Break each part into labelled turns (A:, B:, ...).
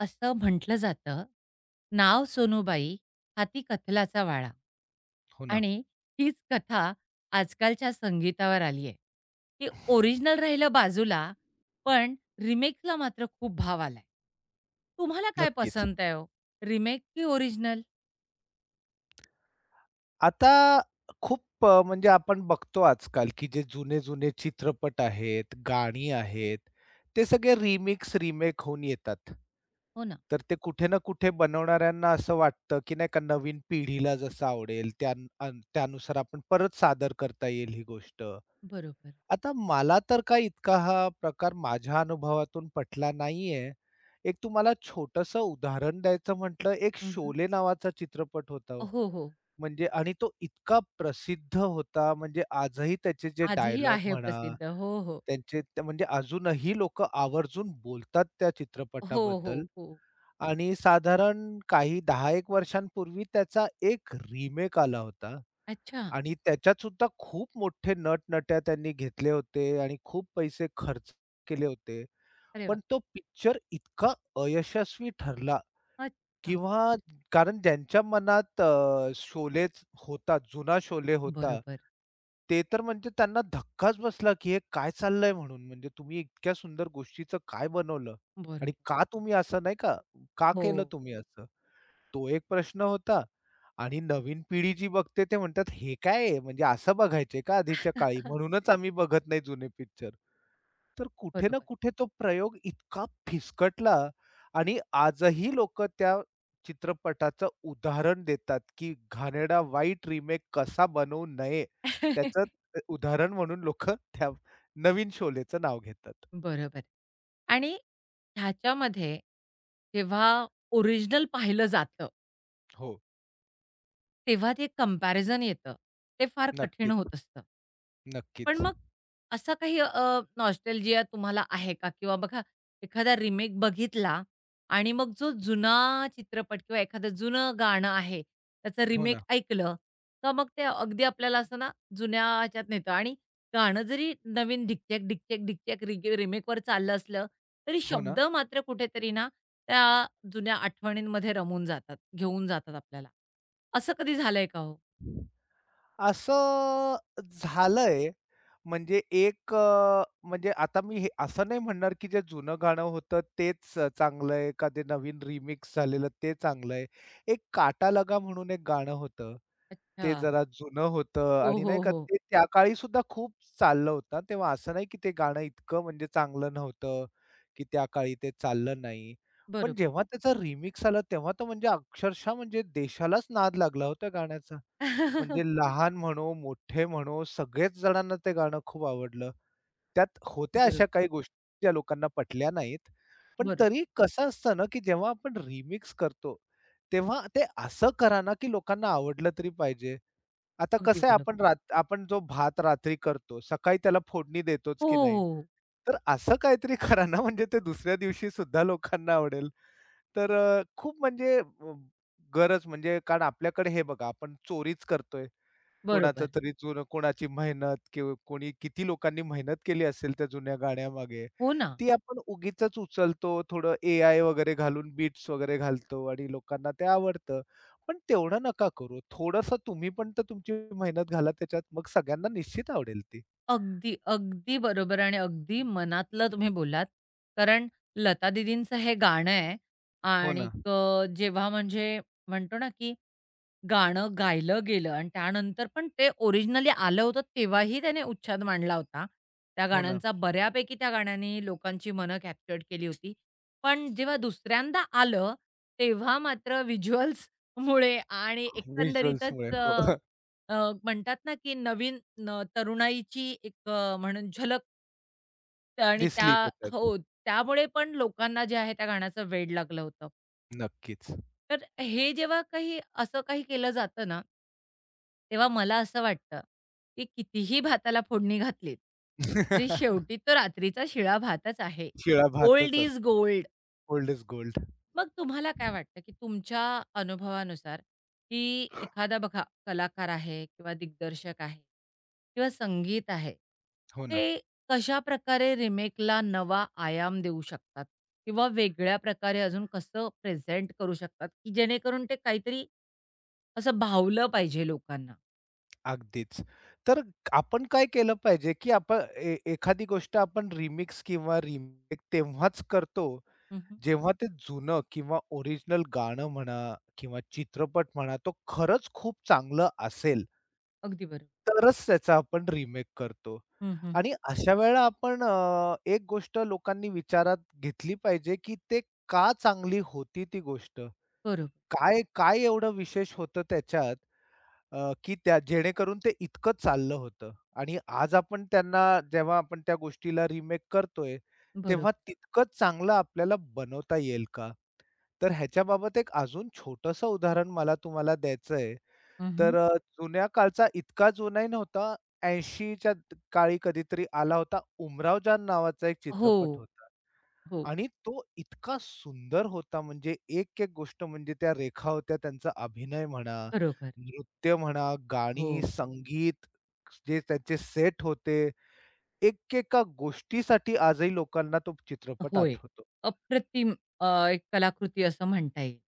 A: असं म्हटलं जातं, "नाव सोनूबाई, हाती कथलाचा वाळा."
B: हो ना,
A: आणि हीच कथा आजकालच्या संगीतावर आली आहे, की ओरिजिनल राहिलं बाजूला, पण रिमेकला मात्र खूप भाव आलाय. तुम्हाला काय
B: नक्कीच.
A: पसंत आहे हो? रिमेक की ओरिजिनल?
B: आता म्हणजे आपण बघतो आजकाल, की जे जुने-जुने चित्रपट आहेत, गाणी आहेत, ते सगळे रिमिक्स, रिमेक होऊन येतात.
A: हो ना,
B: तर ते कुठे ना कुठे बनवणाऱ्यांना असं वाटतं, की नाही का नवीन पिढीला जसं आवडेल त्या अन त्यानुसार आपण परत सादर करता येईल ही गोष्ट.
A: बरोबर.
B: आता मला तर काय इतका हा प्रकार माझ्या अनुभवातून पटला नाहीये. एक तुम्हाला छोटंसं उदाहरण द्यायचं म्हटलं, एक
A: हं,
B: शोले नावाचा चित्रपट होता हो
A: हो, हो.
B: म्हणजे आणि तो इतका प्रसिद्ध होता, म्हणजे आजही त्याचे जे
A: आजही
B: डायलॉग
A: आहे
B: म्हणा,
A: प्रसिद्ध. हो, हो.
B: त्यांचे ते म्हणजे अजूनही लोकं आवर्जून बोलतात त्या
A: हो, हो,
B: चित्रपटाबद्दल
A: हो.
B: आणि साधारण काही 10-1 वर्षांपूर्वी त्याचा एक रिमेक आला होता
A: अच्छा.
B: आणि त्याच्यात सुद्धा खूप मोठे नट-नट्या त्यांनी घेतले होते आणि खूप पैसे खर्च केले होते.
A: अरे वाह!
B: पण तो पिक्चर इतका अयशस्वी ठरला
A: अच्छा.
B: किंवा कारण ज्यांच्या मनात शोलेच होता, जुना शोले होता.
A: बरोबर,
B: ते तर म्हणजे त्यांना धक्काच बसला, की हे काय चाललंय म्हणून. म्हणजे तुम्ही इतक्या सुंदर गोष्टीचं काय बनवलं? आणि
A: बरोबर.
B: का तुम्ही असं नाही का, का केलं
A: हो.
B: तुम्ही असं? तो एक प्रश्न होता. आणि नवीन पिढी जी बघते ते म्हणतात, "हे काय आहे? म्हणजे असं बघायचे का आधीच्या काळी? म्हणूनच आम्ही बघत नाही जुने पिक्चर." तर कुठे ना
A: बरोबर.
B: कुठे तो प्रयोग इतका फिसकटला आणि आजही लोक त्या चित्रपटाचं उदाहरण देतात, की घाणेरडा वाईट रिमेक कसा बनवू नये, त्याचं उदाहरण म्हणून लोकं त्या नवीन शोलेचं नाव घेतात.
A: बरोबर. आणि ह्याच्यामध्ये जेव्हा ओरिजिनल पाहिलं जातं
B: हो,
A: तेव्हा ते कंपॅरिझन येतं. ते फार कठीण
B: नक्कीच,
A: होत असतं. पण
B: नक्कीच.
A: मग असा काही नॉस्टॅल्जिया तुम्हाला आहे का? किंवा बघा एखादा रिमेक बघितला आणि मग जो जुना चित्रपट किंवा एखादं जुनं गाणं आहे, त्याचं
B: हो
A: रिमेक
B: ना,
A: ऐकलं, तर मग ते अगदी आपल्याला असं ना जुन्या ह्याच्यात नेतं आणि गाणं जरी नवीन ढिकचॅक, ढिकचॅक, ढिकचॅक रिगे रिमेकवर चाललं असलं, तरी
B: हो ना.
A: शब्द मात्र कुठेतरी ना त्या जुन्या आठवणींमध्ये रमून जातात, घेऊन जातात आपल्याला. असं कधी झालंय का हो?
B: असं झालंय. म्हणजे म्हणजे आता मी हे असं नाही म्हणणार, की जे जुनं गाणं होतं तेच चांगलं आहे का ते नवीन रिमिक्स झालेलं ते चांगलं आहे. एक "काटा लगा" म्हणून एक गाणं होतं. ते
A: अच्छा.
B: जरा जुनं होतं
A: हो,
B: आणि नाही
A: हो,
B: का
A: हो.
B: ते त्या काळी सुद्धा खूप चाललं होतं. तेव्हा असं नाही, की ते गाणं इतकं म्हणजे चांगलं नव्हतं, की त्या काळी ते चाललं नाही. पण
A: बरोबर.
B: जेव्हा त्याचा रिमिक्स आला तेव्हा तर म्हणजे अक्षरशः म्हणजे देशालाच नाद लागला हो गाण्याचा. म्हणजे लहान म्हणो, मोठे म्हणो, सगळेच जणांना ते गाणं खूप आवडलं. त्यात होत्या
A: बरोबर,
B: अशा काही गोष्टी ज्या लोकांना पटल्या नाहीत. पण
A: बरोबर.
B: तरी कसं असतं ना, की जेव्हा आपण रिमिक्स करतो, तेव्हा ते असं करा ना, की लोकांना आवडलं तरी पाहिजे. आता
A: अगदी
B: कसं आहे
A: बरोबर.
B: आपण जो भात रात्री करतो, सकाळी त्याला फोडणी देतोच की नाही.
A: हो,
B: तर असं काहीतरी करा ना, म्हणजे ते दुसऱ्या दिवशी सुद्धा लोकांना आवडेल. तर अ, खूप म्हणजे अ, गरज म्हणजे कारण आपल्याकडे हे बघा आपण चोरीच करतोय. कोणाचं
A: बरोबर.
B: तरी जुनं कोणाची मेहनत किंवा कोणी किती लोकांनी मेहनत केली असेल त्या जुन्या गाण्यामागे,
A: हो ना.
B: ती आपण उगीचच उचलतो. थोडं एआय वगैरे घालून बीट्स वगैरे घालतो आणि लोकांना ते आवडतं. पण तेवढं नका करू. थोडंसं तुम्ही पण तर तुमची मेहनत घाला त्याच्यात. मग सगळ्यांना निश्चित आवडेल ती.
A: अगदी, अगदी बरोबर आणि अगदी मनातलं तुम्ही बोललात. कारण लता दीदींचं हे गाणं आहे
B: हो
A: आणि
B: ना,
A: जेव्हा म्हणजे म्हणतो ना, की गाणं गायलं गेलं आणि त्यानंतर पण ते ओरिजिनली आलं होतं तेव्हाही त्याने उच्छाद मांडला होता. त्या
B: हो ना.
A: गाण्यांचा बऱ्यापैकी त्या गाण्याने लोकांची मनं कॅप्चर्ड केली होती. पण जेव्हा दुसऱ्यांदा आलं, तेव्हा मात्र व्हिज्युअल्स मुळे आणि एकंदरीतच
B: व्हिज्युअल्समुळे
A: अ,
B: हो.
A: अ, म्हणतात ना, की नवीन न तरुणाईची एक म्हणून झलक आणि त्या
B: दिसली त्याच्यात.
A: हो, त्यामुळे पण लोकांना जे आहे त्या गाण्याचं वेड लागलं होतं.
B: नक्कीच.
A: तर हे जेव्हा काही असं काही केलं जातं ना तेव्हा मला असं वाटतं, की कितीही भाताला फोडणी घातलीत, तरी शेवटी तो रात्रीचा शिळा भातच आहे.
B: शिळा
A: ओल्ड
B: भातच
A: इज
B: असतो.
A: गोल्ड.
B: Old is gold.
A: मग तुम्हाला काय वाटतं, की तुमच्या अनुभवानुसार, की एखादा बघा कलाकार आहे किंवा दिग्दर्शक आहे किंवा संगीत आहे,
B: हो ना.
A: ते कशाप्रकारे रिमेकला नवा आयाम देऊ शकतात किंवा वेगळ्या प्रकारे अजून कसं प्रेझेंट करू शकतात, की जेणेकरून ते काहीतरी असं भावलं पाहिजे लोकांना?
B: अगदीच. तर आपण काय केलं पाहिजे, की आपण ए एखादी गोष्ट आपण रिमिक्स किंवा रिमेक तेव्हाच करतो,
A: हं, हं.
B: जेव्हा ते जुनं किंवा ओरिजिनल गाणं म्हणा किंवा चित्रपट म्हणा, तो खरंच खूप चांगलं असेल,
A: अगदी बरोबर.
B: तरच त्याचा आपण रिमेक करतो.
A: हं, हं.
B: आणि अशा वेळेला एक गोष्ट लोकांनी विचारात घेतली पाहिजे, की ते का चांगली होती ती गोष्ट?
A: बरोबर,
B: काय काय एवढं विशेष होतं त्याच्यात, की त्या जेणेकरून ते इतकं चाललं होतं आणि आज आपण त्यांना जेव्हा आपण त्या गोष्टीला रिमेक करतोय, तेव्हा
A: बरोबर.
B: तितकंच चांगलं आपल्याला बनवता येईल का? तर ह्याच्याबाबत एक अजून छोटंसं उदाहरण मला तुम्हाला द्यायचं आहे.
A: हं,
B: तर
A: हं.
B: अ, जुन्या काळचा इतका जुनाही नव्हता. 80च्या काळी कधीतरी आला होता उमरावजान नावाचा एक
A: हो,
B: चित्रपट होता.
A: हो.
B: आणि तो इतका सुंदर होता म्हणजे एक-एक गोष्ट म्हणजे त्या रेखा होत्या त्यांचा अभिनय म्हणा,
A: खरोखर.
B: नृत्य म्हणा, गाणी,
A: हो,
B: संगीत जे त्यांचे सेट होते. एकेका गोष्टीसाठी आजही लोकांना तो चित्रपट
A: होय.
B: आठवतो.
A: अप्रतिम एक कलाकृती असं म्हणता येईल.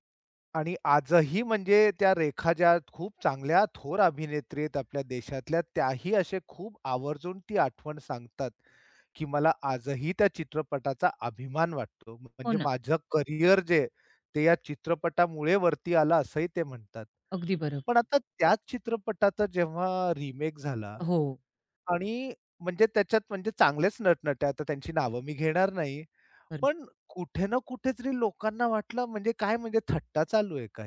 B: आणि आजही म्हणजे त्या रेखा ज्या खूप चांगल्या थोर अभिनेत्री आहेत आपल्या देशातल्या, त्याही असे खूप आवर्जून ती आठवण सांगतात, की मला आजही त्या चित्रपटाचा अभिमान वाटतो.
A: हो
B: म्हणजे
A: ना.
B: माझं करिअर जे आहे, ते या चित्रपटामुळे वरती आलं असंही ते म्हणतात.
A: अगदी बरोबर.
B: पण आता त्याच चित्रपटाचा जेव्हा रिमेक झाला
A: हो,
B: आणि म्हणजे त्याच्यात म्हणजे चांगलेच नटनट्या, आता त्यांची नावं मी घेणार नाही.
A: बरोबर.
B: पण कुठे ना कुठेतरी लोकांना वाटलं म्हणजे काय म्हणजे थट्टा चालू आहे का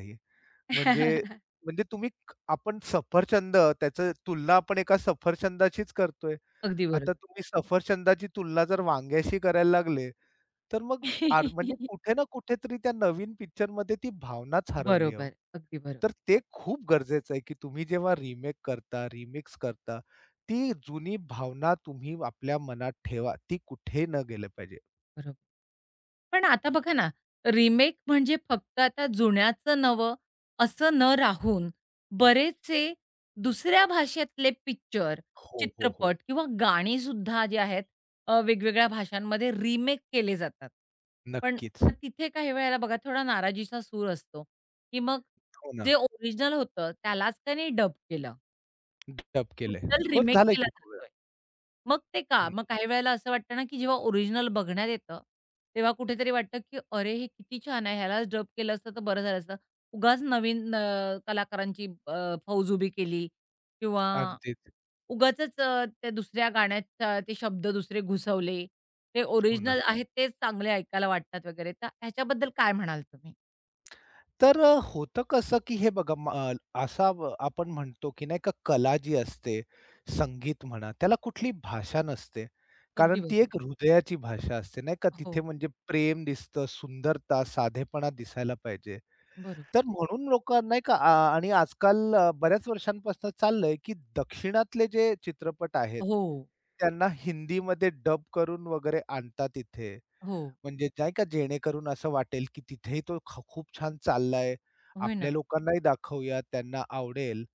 B: म्हणजे म्हणजे आपण सफरचंद त्याचं तुलना आपण एका सफरचंदाचीच करतोय.
A: अगदी
B: आता
A: बरोबर.
B: तुम्ही सफरचंदाची तुलना जर वांग्याशी करायला लागले, तर मग म्हणजे कुठे ना कुठेतरी त्या नवीन पिक्चरमध्ये ती भावनाच हरवली आहे हो.
A: बरोबर. अगदी बरोबर,
B: तर ते खूप गरजेचं आहे, की तुम्ही जेव्हा रिमेक करता, रिमिक्स करता, ती जुनी भावना तुम्ही आपल्या मनात ठेवा. ती कुठे न गेलं पाहिजे.
A: बरोबर. पण आता बघा ना, रिमेक म्हणजे फक्त आता जुन्याचं नवं असं न राहून बरेचसे दुसऱ्या भाषेतले पिक्चर,
B: हो, हो, हो.
A: चित्रपट किंवा गाणीसुद्धा जी आहेत वेगवेगळ्या भाषांमध्ये रिमेक केले जातात. पण
B: नक्कीच.
A: मग तिथे काही वेळेला बघा थोडा नाराजीचा सूर असतो, की मग
B: हो ना.
A: जे ओरिजिनल होतं त्यालाच त्याने डब केलं.
B: डब केलंय.
A: टोटल
B: हो,
A: रिमेक
B: झालंय
A: केला
B: की खूप वेळा.
A: जातोय. मग ते
B: हो
A: का?
B: ना.
A: मग काही वेळेला असं वाटतं ना, की जेव्हा ओरिजिनल बघण्यात येतं, तेव्हा कुठेतरी वाटतं, की "अरे, हे किती छान आहे. ह्यालाच डब केलं असतं तर बरं झालं असतं." उगाच नवीन कलाकारांची फौज उभी केली किंवा
B: अगदीच.
A: उगाचच त्या दुसऱ्या गाण्याच्या ते शब्द दुसरे घुसवले. ते
B: हो ना.
A: ओरिजिनल आहेत तेच चांगले ऐकायला वाटतात वगैरे. तर ह्याच्याबद्दल काय म्हणाल तुम्ही?
B: होतं कसं, की हे बघा असा व आपण म्हणतो, की नाही का कला जी असते, संगीत म्हणा, त्याला कुठली भाषा नसते. कारण
A: अगदी
B: ती
A: बरोबर.
B: एक हृदयाची भाषा असते, नाही का?
A: हो,
B: तिथे म्हणजे प्रेम दिसतं, सुंदरता, साधेपणा दिसायला पाहिजे.
A: बरोबर.
B: तर म्हणून लोकं नाही का आणि आजकाल बऱ्याच वर्षांपासून चाललंय, की दक्षिणातले जे चित्रपट आहेत,
A: हो,
B: त्यांना हिंदीमध्ये डब करून वगैरे आणतात इथे.
A: हो.
B: म्हणजे नाही का जेणेकरून असं वाटेल, की तिथेही तो खूप छान चाललाय.
A: होय ना.
B: आपल्या लोकांनाही दाखवूया, त्यांना आवडेल.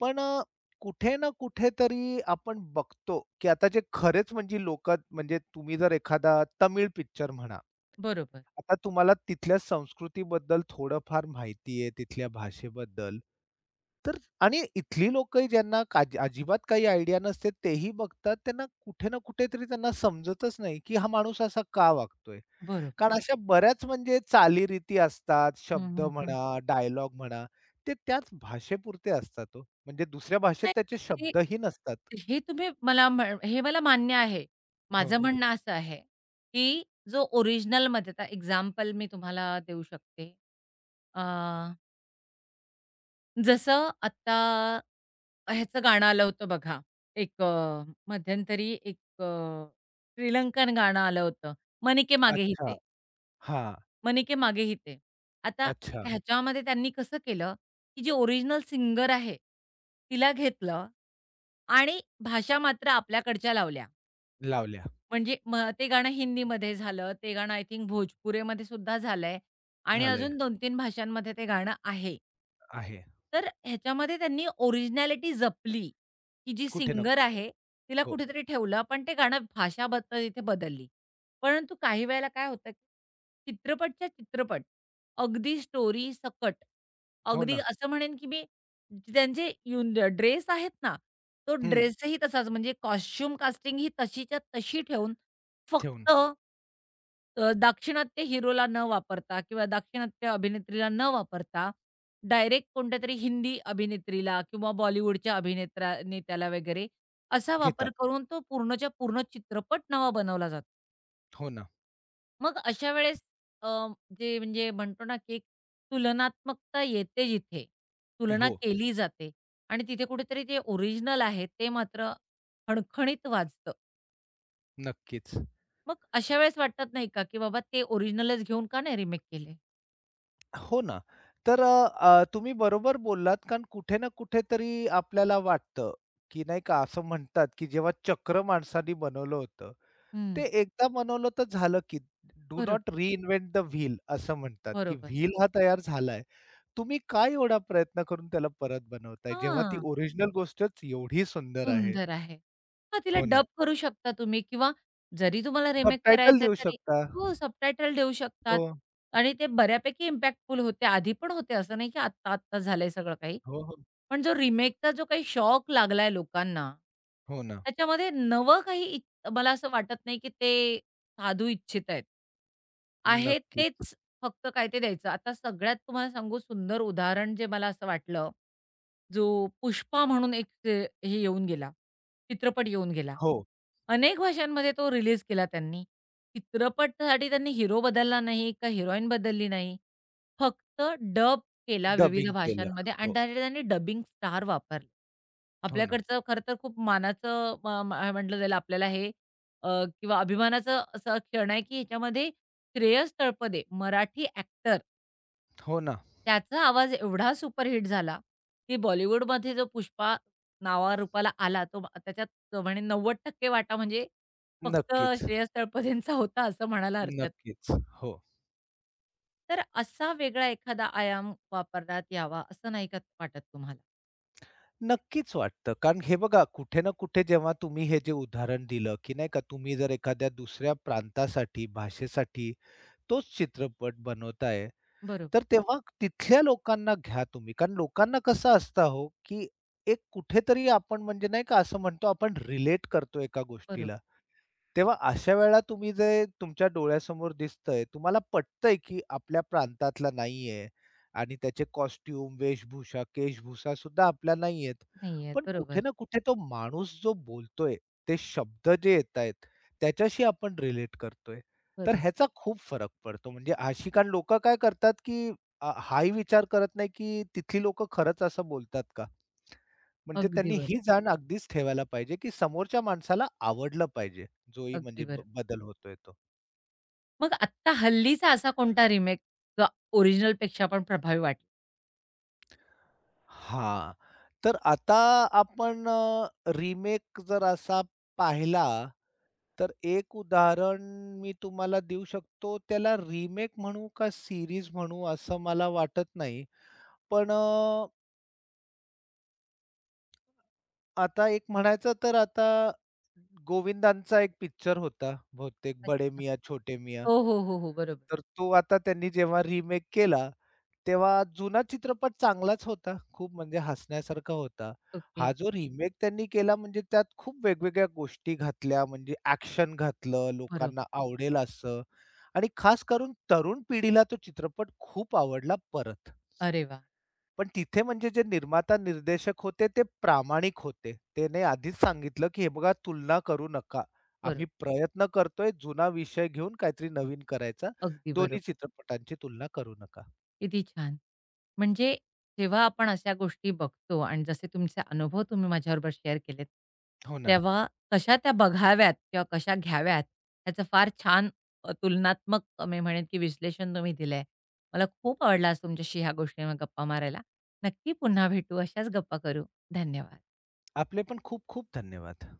B: पण अ, कुठे ना कुठेतरी आपण बघतो, की आता जे खरेच म्हणजे लोकं म्हणजे तुम्ही जर एखादा तमिळ पिक्चर म्हणा.
A: बरोबर,
B: आता तुम्हाला तिथल्या संस्कृतीबद्दल थोडंफार माहिती आहे, तिथल्या भाषेबद्दल. तर आणि इथली लोकंही ज्यांना का अजिबात काही आयडिया नसते, तेही बघतात. त्यांना कुठे ना कुठेतरी त्यांना समजतच नाही, की हा माणूस असा का वागतोय?
A: बरोबर.
B: कारण अशा बऱ्याच म्हणजे चालीरीती असतात,
A: हं,
B: शब्द
A: हं, हं.
B: म्हणा, डायलॉग म्हणा, ते त्याच भाषेपुरते असतात हो. म्हणजे दुसऱ्या भाषेत त्याचे
A: नाही,
B: शब्दही नसतात.
A: ते हे तुम्ही मला हे मला मान्य आहे.
B: हो.
A: माझं म्हणणं असं आहे, की जो ओरिजिनलमध्ये आता एक्झाम्पल मी तुम्हाला देऊ शकते. अ, जसं आत्ता ह्याचं गाणं आलं होतं बघा, एक अ, मध्यंतरी श्रीलंकन गाणं आलं होतं, "मन मागे ही
B: अच्छा. हां.
A: मने के मागे ही ते. आता
B: अच्छा.
A: ह्याच्यामध्ये त्यांनी कसं केलं, की जी ओरिजिनल सिंगर आहे, तिला घेतलं आणि भाषा मात्र आपल्याकडच्या लावल्या.
B: लावल्या.
A: म्हणजे मग ते गाणं हिंदीमध्ये झालं, ते गाणं आय थिंक भोजपुरीमध्ये सुद्धा झालंय आणि
B: झालंय.
A: अजून 2-3 भाषांमध्ये ते गाणं आहे.
B: आहे.
A: तर ह्याच्यामध्ये त्यांनी ओरिजिनॅलिटी जपली, की जी
B: कुठे ना
A: सिंगर
B: कुठे.
A: आहे तिला
B: हो.
A: कुठेतरी ठेवलं, पण ते गाणं भाषा बद इथे बदलली. परंतु काही वेळेला काय होतं, चित्रपटच्या चित्रपट, अगदी स्टोरी सकट,
B: हो
A: अगदी
B: ना.
A: असं म्हणेन, की मी त्यांचे ड्रेस आहेत ना तो
B: हं.
A: ड्रेसही तसाच म्हणजे कॉस्ट्यूम कास्टिंग ही तशीच्या तशी ठेवून
B: ठेवून
A: फक्त दाक्षिणात्य हिरोला न वापरता किंवा दाक्षिणात्य अभिनेत्रीला न वापरता डायरेक्ट कोणत्यातरी हिंदी अभिनेत्रीला किंवा बॉलिवूडच्या नेत्याला वगैरे असा वापर
B: घेतात.
A: करून तो पूर्णच्या पूर्ण चित्रपट नवा बनवला जातो.
B: हो ना.
A: मग अशा वेळेस अ, जे म्हणजे म्हणतो ना, की एक तुलनात्मकता येते जिथे, तुलना
B: हो.
A: केली जाते आणि तिथे कुठेतरी जे ओरिजिनल आहे, ते मात्र खणखणीत वाजतं.
B: नक्कीच.
A: मग अशा वेळेस वाटत नाही का, की बाबा ते ओरिजिनलच घेऊन का नाही रिमेक केले?
B: हो ना. तर अ, तुम्ही बरोबर बोललात कारण कुठे ना कुठेतरी आपल्याला वाटतं, की नाही का असं म्हणतात, की जेव्हा चक्र माणसाने बनवलं होतं,
A: हं,
B: ते एकदा बनवलं तर झालं की. डू
A: बरोबर,
B: नॉट रिइन्व्हेंट द व्हील असं म्हणतात, की
A: बरोबर.
B: व्हील हा तयार झालाय. तुम्ही काय एवढा प्रयत्न करून त्याला परत बनवताय, जेव्हा ती
A: हां.
B: ओरिजिनल गोष्टच एवढी सुंदर आहे.
A: सुंदर आहे. हां, तिला
B: हो ना.
A: डब करू शकता तुम्ही किंवा जरी तुम्हाला रिमेक
B: सबटायटल
A: करायचंय
B: देऊ
A: तरी
B: शकता.
A: हो, सबटायटल देऊ
B: हो.
A: शकतात आणि ते बऱ्यापैकी इम्पॅक्टफुल होते. आधी पण होते, असं नाही की आत्ता-आत्ता झालंय सगळं काही.
B: हो, हो.
A: पण जो रिमेकचा जो काही शॉक लागलाय लोकांना,
B: हो ना.
A: त्याच्यामध्ये नवं काही इ मला असं वाटत नाही की ते साधू इच्छित आहेत. आहे
B: नक्कीच.
A: तेच फक्त काय ते द्यायचं. आता सगळ्यात तुम्हाला सांगू सुंदर उदाहरण जे मला असं वाटलं जो पुष्पा म्हणून एक ते हे येऊन गेला, चित्रपट येऊन गेला.
B: हो.
A: अनेक भाषांमध्ये तो रिलीज केला त्यांनी. चित्रपटसाठी त्यांनी हिरो बदलला नाही का हिरोईन बदलली नाही. फक्त डब केला विविध
B: डबिंग केलं.
A: भाषांमध्ये आणि
B: हो.
A: त्यासाठी त्यांनी डबिंग स्टार वापरले.
B: हो ना.
A: आपल्याकडचं खरं तर खूप मानाचं म्हटलं जाईल आपल्याला हे किंवा अभिमानाचं असं क्षण आहे, की ह्याच्यामध्ये श्रेयस तळपदे मराठी ॲक्टर
B: हो ना.
A: त्याचा आवाज एवढा सुपरहिट झाला, की बॉलिवूडमध्ये जो पुष्पा नावारूपाला आला, तो त्याच्यात म्हणे 90% वाटा म्हणजे फक्त
B: नक्कीच.
A: श्रेयस तळपदेंचा होता, असं म्हणायला हरकत नाही.
B: नक्कीच. हो.
A: तर असा वेगळा एखादा आयाम वापरण्यात यावा, असं नाही का वाटत तुम्हाला?
B: नक्कीच वाटतं. कारण हे बघा कुठे ना कुठे जेव्हा तुम्ही हे जे उदाहरण दिलं, की नाही का तुम्ही जर एखाद्या दुसऱ्या प्रांतासाठी, भाषेसाठी तोच चित्रपट बनवताय,
A: बरोबर,
B: तर तेव्हा तिथल्या लोकांना घ्या तुम्ही. कारण लोकांना कसं असतं हो, की एक कुठेतरी आपण म्हणजे नाही का असं म्हणतो आपण रिलेट करतो एका
A: बरोबर.
B: गोष्टीला. तेव्हा अशा वेळेला तुम्ही जे तुमच्या डोळ्यासमोर दिसतंय, तुम्हाला पटतंय, की आपल्या प्रांतातला नाहीये आणि त्याचे कॉस्ट्यूम, वेशभूषा, केशभूषा सुद्धा आपल्या नाहीयेत.
A: नाही
B: पण कुठे
A: बरोबर,
B: ना कुठे तो माणूस जो बोलतोय, ते शब्द जे येतायत, त्याच्याशी आपण रिलेट करतोय. तर
A: बरोबर.
B: ह्याचा खूप फरक पडतो. म्हणजे अशी कारण लोकं काय करतात, की हाही विचार करत नाही, की तिथली लोकं खरंच असं बोलतात का? म्हणजे
A: अगदी
B: त्यांनी ही
A: बरोबर,
B: जाण अगदीच ठेवायला पाहिजे, की समोरच्या माणसाला आवडलं पाहिजे. जोही म्हणजे
A: अगदी
B: ब
A: बरोबर.
B: बदल होतोय तो.
A: मग आत्ता हल्लीचा असा कोणता रिमेक जो ओरिजिनलपेक्षा पण प्रभावी वाटला?
B: हां. तर आता आपण अ, रिमेक जर असा पाहिला, तर एक उदाहरण मी तुम्हाला देऊ शकतो. त्याला रिमेक म्हणू का सीरीज म्हणू असं मला वाटत नाही. पण अ, आता एक म्हणायचं तर आता गोविंदांचा एक पिक्चर होता बहुतेक बडे
A: अच्छा.
B: मिया छोटे मिया
A: हो, हो, हो, हो. बरोबर.
B: तर तो आता त्यांनी जेव्हा रिमेक केला, तेव्हा जुना चित्रपट चांगलाच होता. खूप म्हणजे हसण्यासारखा होता.
A: ओके.
B: हा जो रिमेक त्यांनी केला म्हणजे त्यात खूप वेगवेगळ्या गोष्टी घातल्या, म्हणजे ॲक्शन घातलं, लोकांना
A: बरोबर.
B: आवडेल असं आणि खास करून तरुण पिढीला तो चित्रपट खूप आवडला परत.
A: अरे वाह!
B: पण तिथे म्हणजे जे निर्माता, निर्देशक होते ते प्रामाणिक होते. त्याने आधीच सांगितलं, की "हे बघा तुलना करू नका. आम्ही
A: बरोबर.
B: प्रयत्न करतोय जुना विषय घेऊन काहीतरी नवीन करायचा.
A: अगदी
B: दोन्ही
A: बरोबर.
B: चित्रपटांची तुलना करू नका."
A: किती छान! म्हणजे जेव्हा आपण अशा गोष्टी बघतो आणि जसे तुमचे अनुभव तुम्ही माझ्याबरोबर शेअर केलेत,
B: हो ना.
A: तेव्हा कशा त्या बघाव्यात किंवा कशा घ्याव्यात याचं फार छान तुलनात्मक मी म्हणेन की विश्लेषण तुम्ही दिलंय. मला खूप आवडलं आज तुमच्याशी ह्या गोष्टींवर गप्पा मारायला. नक्की पुन्हा भेटू. अशाच गप्पा करू. धन्यवाद.
B: आपले पण खूप खूप धन्यवाद.